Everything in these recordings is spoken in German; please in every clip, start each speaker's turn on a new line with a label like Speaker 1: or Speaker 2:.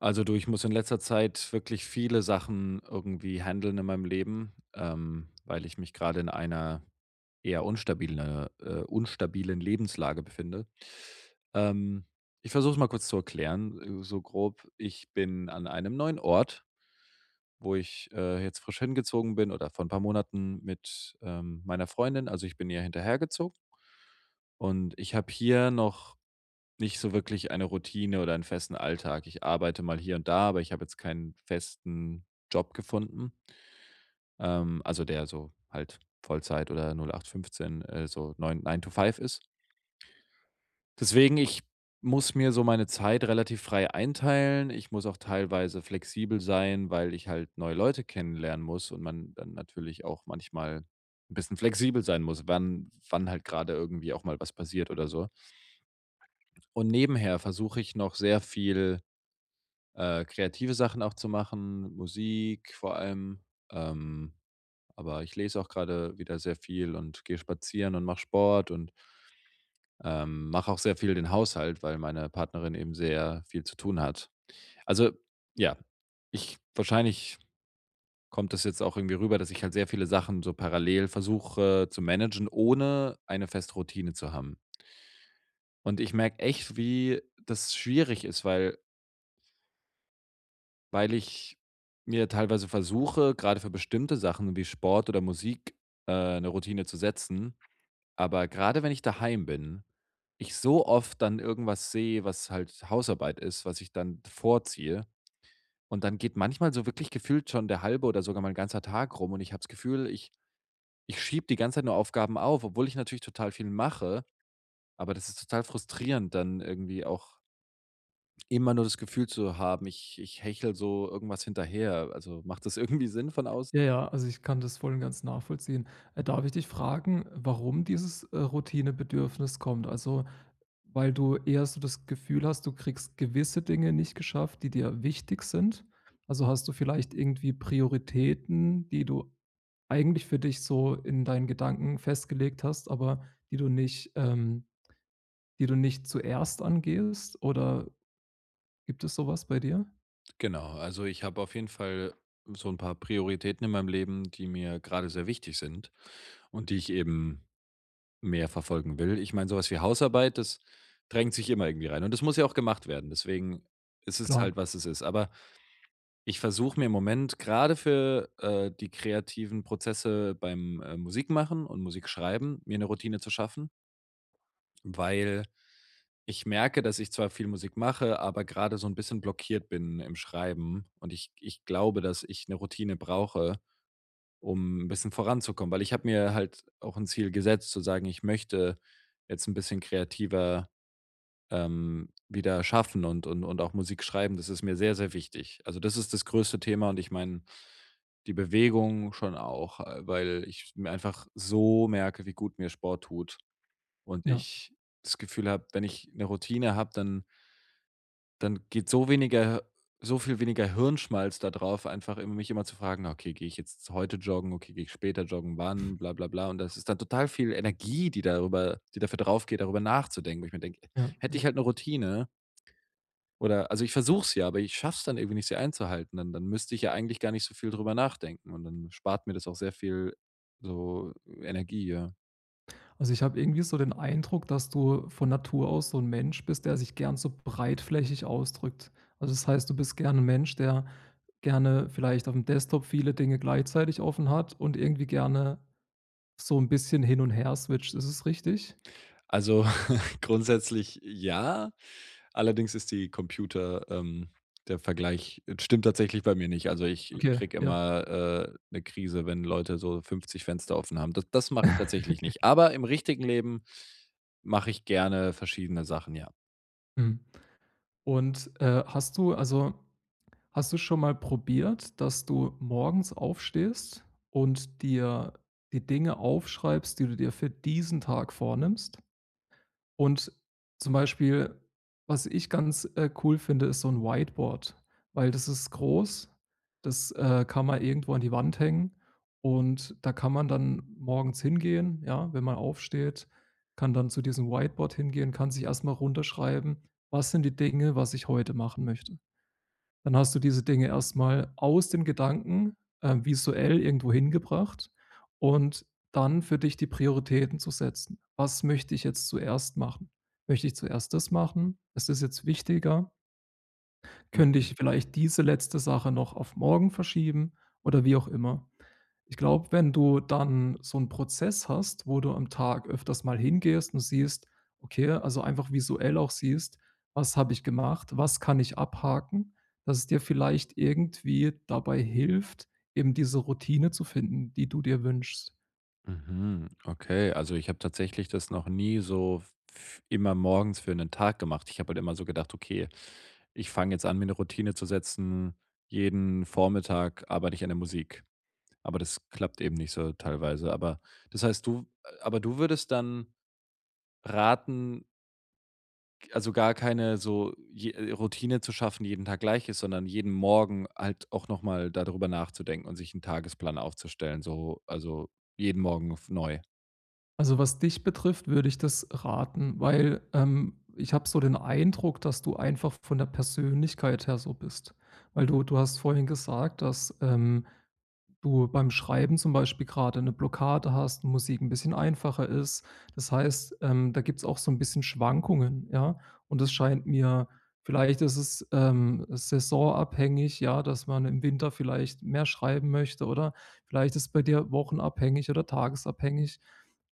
Speaker 1: Also, du, ich muss in letzter Zeit wirklich viele Sachen irgendwie handeln in meinem Leben, weil ich mich gerade in einer eher unstabilen Lebenslage befinde. Ähm, Ich versuche es mal kurz zu erklären, so grob. Ich bin an einem neuen Ort, wo ich, jetzt frisch hingezogen bin oder vor ein paar Monaten mit, meiner Freundin. Also, ich bin ihr hinterhergezogen und ich habe hier noch nicht so wirklich eine Routine oder einen festen Alltag. Ich arbeite mal hier und da, aber ich habe jetzt keinen festen Job gefunden, also der so halt Vollzeit oder 08/15, so neun 9 to five ist. Deswegen, ich muss mir so meine Zeit relativ frei einteilen. Ich muss auch teilweise flexibel sein, weil ich halt neue Leute kennenlernen muss und man dann natürlich auch manchmal ein bisschen flexibel sein muss, wann halt gerade irgendwie auch mal was passiert oder so. Und nebenher versuche ich noch sehr viel kreative Sachen auch zu machen, Musik vor allem. Ähm, aber ich lese auch gerade wieder sehr viel und gehe spazieren und mache Sport und mache auch sehr viel den Haushalt, weil meine Partnerin eben sehr viel zu tun hat. Also ja, ich wahrscheinlich kommt das jetzt auch irgendwie rüber, dass ich halt sehr viele Sachen so parallel versuche zu managen, ohne eine feste Routine zu haben. Und ich merke echt, wie das schwierig ist, weil ich mir teilweise versuche, gerade für bestimmte Sachen wie Sport oder Musik, 'ne Routine zu setzen, aber gerade wenn ich daheim bin, ich so oft dann irgendwas sehe, was halt Hausarbeit ist, was ich dann vorziehe und dann geht manchmal so wirklich gefühlt schon der halbe oder sogar mein ganzer Tag rum und ich habe das Gefühl, ich schiebe die ganze Zeit nur Aufgaben auf, obwohl ich natürlich total viel mache, aber das ist total frustrierend, dann irgendwie auch immer nur das Gefühl zu haben, ich hechel so irgendwas hinterher. Also, macht das irgendwie Sinn von außen?
Speaker 2: Ja, ja, also ich kann das voll und ganz nachvollziehen. Darf ich dich fragen, warum dieses, Routinebedürfnis kommt? Also, weil du eher so das Gefühl hast, du kriegst gewisse Dinge nicht geschafft, die dir wichtig sind? Also, hast du vielleicht irgendwie Prioritäten, die du eigentlich für dich so in deinen Gedanken festgelegt hast, aber die du nicht ähm, die du nicht zuerst angehst? Oder gibt es sowas bei dir?
Speaker 1: Genau, also ich habe auf jeden Fall so ein paar Prioritäten in meinem Leben, die mir gerade sehr wichtig sind und die ich eben mehr verfolgen will. Ich meine, sowas wie Hausarbeit, das drängt sich immer irgendwie rein und das muss ja auch gemacht werden. Deswegen ist es
Speaker 2: Klar,
Speaker 1: halt, was es ist. Aber ich versuche mir im Moment gerade für, die kreativen Prozesse beim, Musikmachen und Musikschreiben mir eine Routine zu schaffen, weil ich merke, dass ich zwar viel Musik mache, aber gerade so 'n bisschen blockiert bin im Schreiben und ich glaube, dass ich 'ne Routine brauche, um 'n bisschen voranzukommen, weil ich habe mir halt auch 'n Ziel gesetzt, zu sagen: „Ich möchte jetzt 'n bisschen kreativer, wieder schaffen und auch Musik schreiben." Das ist mir sehr, sehr wichtig. Also, das ist das größte Thema und ich meine, die Bewegung schon auch, weil ich mir einfach so merke, wie gut mir Sport tut und
Speaker 2: ja,
Speaker 1: ich das Gefühl habe, wenn ich 'ne Routine habe, dann geht so weniger so viel weniger Hirnschmalz da drauf, einfach immer mich immer zu fragen: na, „Okay, gehe ich jetzt heute joggen? Okay, gehe ich später joggen? Wann? Bla bla bla." Und das ist dann total viel Energie, die dafür draufgeht, darüber nachzudenken, wo ich mir denke:
Speaker 2: ja,
Speaker 1: „Hätte
Speaker 2: ja.
Speaker 1: ich halt eine Routine oder" also, ich versuche es ja, aber ich schaffe es dann irgendwie nicht, sie einzuhalten. Dann müsste ich ja eigentlich gar nicht so viel drüber nachdenken und dann spart mir das auch sehr viel so Energie, ja.
Speaker 2: Also, ich habe irgendwie so den Eindruck, dass du von Natur aus so ein Mensch bist, der sich gern so breitflächig ausdrückt. Also, das heißt, du bist gern ein Mensch, der gerne vielleicht auf dem Desktop viele Dinge gleichzeitig offen hat und irgendwie gerne so ein bisschen hin und her switcht. Ist es richtig?
Speaker 1: Also, grundsätzlich ja. Allerdings ist die Computer der Vergleich stimmt tatsächlich bei mir nicht. Also, ich
Speaker 2: Okay,
Speaker 1: kriege
Speaker 2: ja,
Speaker 1: immer, 'ne Krise, wenn Leute so 50 Fenster offen haben. Das mache ich tatsächlich
Speaker 2: okay.
Speaker 1: nicht. Aber im richtigen Leben mache ich gerne verschiedene Sachen, ja.
Speaker 2: Mhm. Und, hast du hast du schon mal probiert, dass du morgens aufstehst und dir die Dinge aufschreibst, die du dir für diesen Tag vornimmst? Und zum Beispiel, was ich ganz, cool finde, ist so ein Whiteboard, weil das ist groß, das, kann man irgendwo an die Wand hängen und da kann man dann morgens hingehen, ja, wenn man aufsteht, kann dann zu diesem Whiteboard hingehen, kann sich erst mal runterschreiben: „Was sind die Dinge, was ich heute machen möchte?“ Dann hast du diese Dinge erstmal aus den Gedanken, visuell irgendwo hingebracht und dann für dich die Prioritäten zu setzen. Was möchte ich jetzt zuerst machen? Möchte ich zuerst das machen? Ist das jetzt wichtiger? Könnte
Speaker 1: Mhm.
Speaker 2: ich vielleicht diese letzte Sache noch auf morgen verschieben oder wie auch immer? Ich glaube, wenn du dann so 'n Prozess hast, wo du am Tag öfters mal hingehst und siehst okay, also einfach visuell auch siehst: „Was habe ich gemacht? Was kann ich abhaken?“ Dass es dir vielleicht irgendwie dabei hilft, eben diese Routine zu finden, die du dir wünschst.
Speaker 1: Mhm, okay. Also, ich habe tatsächlich das noch nie so f immer morgens für einen Tag gemacht. Ich habe halt immer so gedacht: „Okay, ich fange jetzt an, mir eine Routine zu setzen. Jeden Vormittag arbeite ich an der Musik." Aber das klappt eben nicht so teilweise. Aber das heißt, du würdest dann raten, also, gar keine so je Routine zu schaffen, die jeden Tag gleich ist, sondern jeden Morgen halt auch noch mal darüber nachzudenken und sich einen Tagesplan aufzustellen, so also, jeden Morgen f neu.
Speaker 2: Also, was dich betrifft, würde ich das raten, weil, ich habe so den Eindruck, dass du einfach von der Persönlichkeit her so bist. Weil du hast vorhin gesagt, dass, du beim Schreiben zum Beispiel gerade eine Blockade hast, Musik ein bisschen einfacher ist. Das heißt, da gibt's auch so ein bisschen Schwankungen, ja? Und das scheint mir vielleicht ist es, saisonabhängig, ja, dass man im Winter vielleicht mehr schreiben möchte oder vielleicht ist es bei dir wochenabhängig oder tagesabhängig.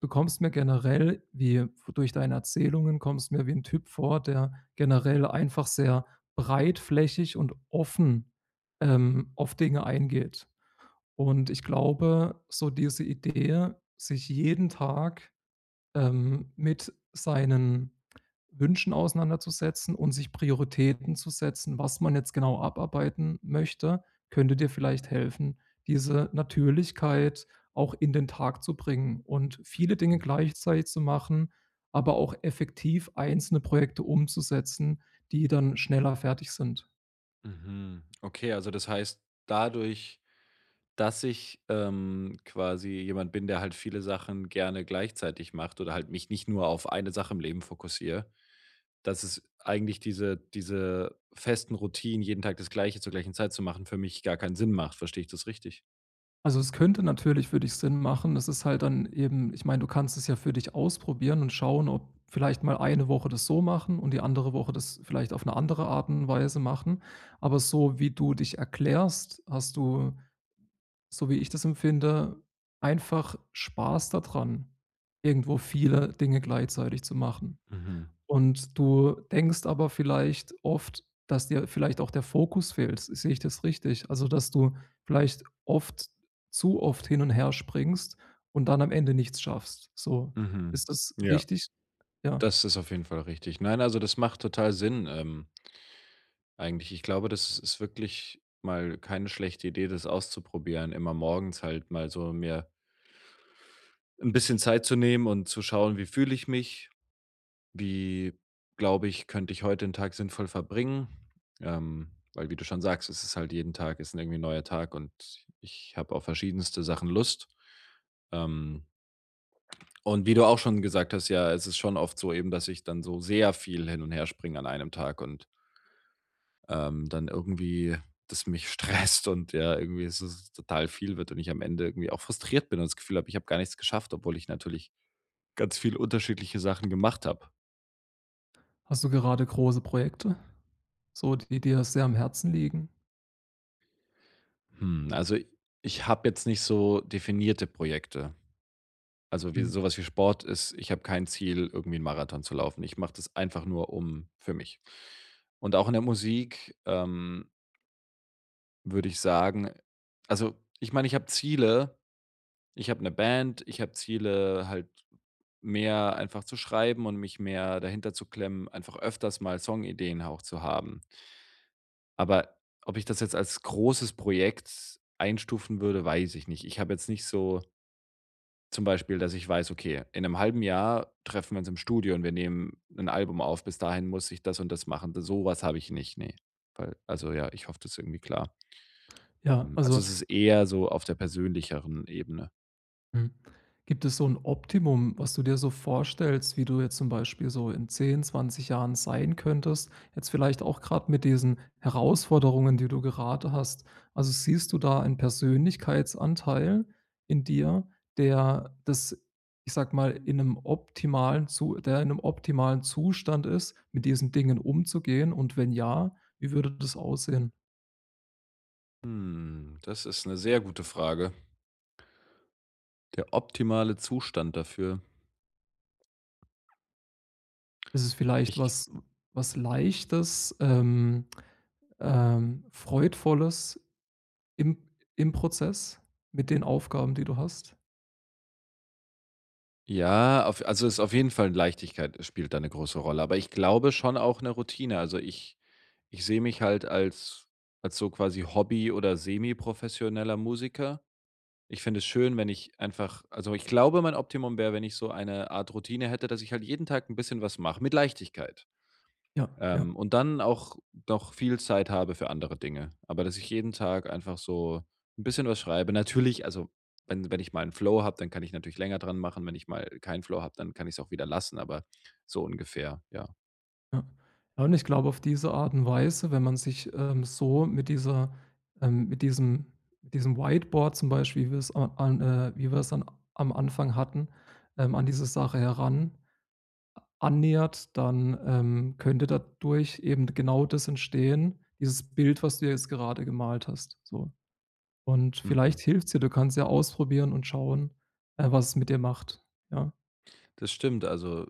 Speaker 2: Du kommst mir generell wie Durch deine Erzählungen kommst mir wie ein Typ vor, der generell einfach sehr breitflächig und offen, auf Dinge eingeht. Und ich glaube, so diese Idee, sich jeden Tag, mit seinen Wünschen auseinanderzusetzen und sich Prioritäten zu setzen, was man jetzt genau abarbeiten möchte, könnte dir vielleicht helfen, diese Natürlichkeit auch in den Tag zu bringen und viele Dinge gleichzeitig zu machen, aber auch effektiv einzelne Projekte umzusetzen, die dann schneller fertig sind.
Speaker 1: Mhm. Okay, also das heißt, dadurch, dass ich quasi jemand bin, der halt viele Sachen gerne gleichzeitig macht oder halt mich nicht nur auf eine Sache im Leben fokussiere, dass es eigentlich diese festen Routinen, jeden Tag das Gleiche zur gleichen Zeit zu machen, für mich gar keinen Sinn macht. Verstehe ich das richtig?
Speaker 2: Also, es könnte natürlich für dich Sinn machen. Das ist halt dann eben ich meine, du kannst es ja für dich ausprobieren und schauen, ob vielleicht mal eine Woche das so machen und die andere Woche das vielleicht auf eine andere Art und Weise machen. Aber so wie du dich erklärst, hast du, so wie ich das empfinde, einfach Spaß daran, irgendwo viele Dinge gleichzeitig zu machen.
Speaker 1: Mhm.
Speaker 2: Und du denkst aber vielleicht oft, dass dir vielleicht auch der Fokus fehlt. Sehe ich das richtig? Also, dass du vielleicht oft zu oft hin und her springst und dann am Ende nichts schaffst, so.
Speaker 1: Mhm.
Speaker 2: Ist das
Speaker 1: Ja,
Speaker 2: richtig? Ja.
Speaker 1: das ist auf jeden Fall richtig. Nein, also das macht total Sinn eigentlich. Ich glaube, das ist wirklich mal keine schlechte Idee, das auszuprobieren, immer morgens halt mal so mir ein bisschen Zeit zu nehmen und zu schauen: „Wie fühle ich mich? Wie, glaube ich, könnte ich heute den Tag sinnvoll verbringen?" Weil wie du schon sagst, es ist halt jeden Tag ist 'n irgendwie ein neuer Tag und ich habe auf verschiedenste Sachen Lust. Ähm, und wie du auch schon gesagt hast, ja, es ist schon oft so eben, dass ich dann so sehr viel hin und her springe an einem Tag und, dann irgendwie das mich stresst und ja, irgendwie es total viel wird und ich am Ende irgendwie auch frustriert bin und das Gefühl habe, ich habe gar nichts geschafft, obwohl ich natürlich ganz viel unterschiedliche Sachen gemacht habe.
Speaker 2: Hast du gerade große Projekte, so, die dir sehr am Herzen liegen?
Speaker 1: Hm, also ich habe jetzt nicht so definierte Projekte. Also wie
Speaker 2: Mhm.
Speaker 1: so wie Sport ist ich habe kein Ziel, irgendwie einen Marathon zu laufen. Ich mache das einfach nur um für mich. Und auch in der Musik, würde ich sagen also ich meine, ich habe Ziele. Ich habe eine Band, ich habe Ziele, halt mehr einfach zu schreiben und mich mehr dahinter zu klemmen, einfach öfters mal Songideen auch zu haben. Aber ob ich das jetzt als großes Projekt einstufen würde, weiß ich nicht. Ich habe jetzt nicht so zum Beispiel, dass ich weiß, okay, in einem halben Jahr treffen wir uns im Studio und wir nehmen ein Album auf. Bis dahin muss ich das und das machen. D So was habe ich nicht, nee. Weil also ja, ich hoffe, das ist irgendwie klar.
Speaker 2: Ja,
Speaker 1: Also,
Speaker 2: also.
Speaker 1: es ist eher so auf der persönlicheren Ebene.
Speaker 2: Mhm. Gibt es so ein Optimum, was du dir so vorstellst, wie du jetzt zum Beispiel so in 10, 20 Jahren sein könntest? Jetzt vielleicht auch gerade mit diesen Herausforderungen, die du gerade hast. Also, siehst du da einen Persönlichkeitsanteil in dir, der das, ich sage mal, in einem optimalen Zu der in einem optimalen Zustand ist, mit diesen Dingen umzugehen? Und wenn ja, wie würde das aussehen?
Speaker 1: Hm, das ist eine sehr gute Frage. Der optimale Zustand dafür.
Speaker 2: Ist es vielleicht
Speaker 1: Ich
Speaker 2: was Leichtes, Freudvolles im Prozess mit den Aufgaben, die du hast.
Speaker 1: Ja, auf also, ist auf jeden Fall Leichtigkeit spielt da eine große Rolle, aber ich glaube schon auch eine Routine. Also, ich sehe mich halt als so quasi Hobby oder semi professioneller Musiker. Ich finde es schön, wenn ich einfach also, ich glaube, mein Optimum wäre, wenn ich so eine Art Routine hätte, dass ich halt jeden Tag ein bisschen was mache mit Leichtigkeit.
Speaker 2: Ja, ja,
Speaker 1: Und dann auch noch viel Zeit habe für andere Dinge. Aber dass ich jeden Tag einfach so ein bisschen was schreibe. Natürlich, also, wenn ich mal einen Flow habe, dann kann ich natürlich länger dran machen. Wenn ich mal keinen Flow habe, dann kann ich es auch wieder lassen, aber so ungefähr, ja.
Speaker 2: ja. Ja, und ich glaube, auf diese Art und Weise, wenn man sich, so mit dieser ähm, mit diesem mit diesem Whiteboard zum Beispiel, wie wir es an am Anfang hatten, an diese Sache heran annähert, dann, könnte dadurch eben genau das entstehen, dieses Bild, was du jetzt gerade gemalt hast, so. Und vielleicht
Speaker 1: Mhm.
Speaker 2: hilft's dir. Du kannst ja ausprobieren und schauen, was es mit dir macht. Ja,
Speaker 1: Das stimmt. Also,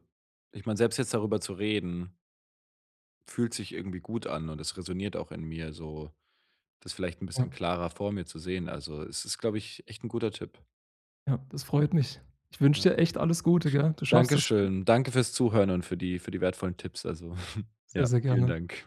Speaker 1: ich meine, selbst jetzt darüber zu reden, fühlt sich irgendwie gut an und es resoniert auch in mir so, das vielleicht ein
Speaker 2: ja,
Speaker 1: bisschen klarer vor mir zu sehen. Also, es ist, glaube ich, echt ein guter Tipp.
Speaker 2: ja, das freut mich. Ich wünsche
Speaker 1: Ja.
Speaker 2: dir echt alles Gute, gell? Du schaffst es.
Speaker 1: Dankeschön. Danke fürs Zuhören und für die wertvollen Tipps. Also,
Speaker 2: Sehr,
Speaker 1: ja,
Speaker 2: sehr
Speaker 1: vielen
Speaker 2: gerne.
Speaker 1: Dank.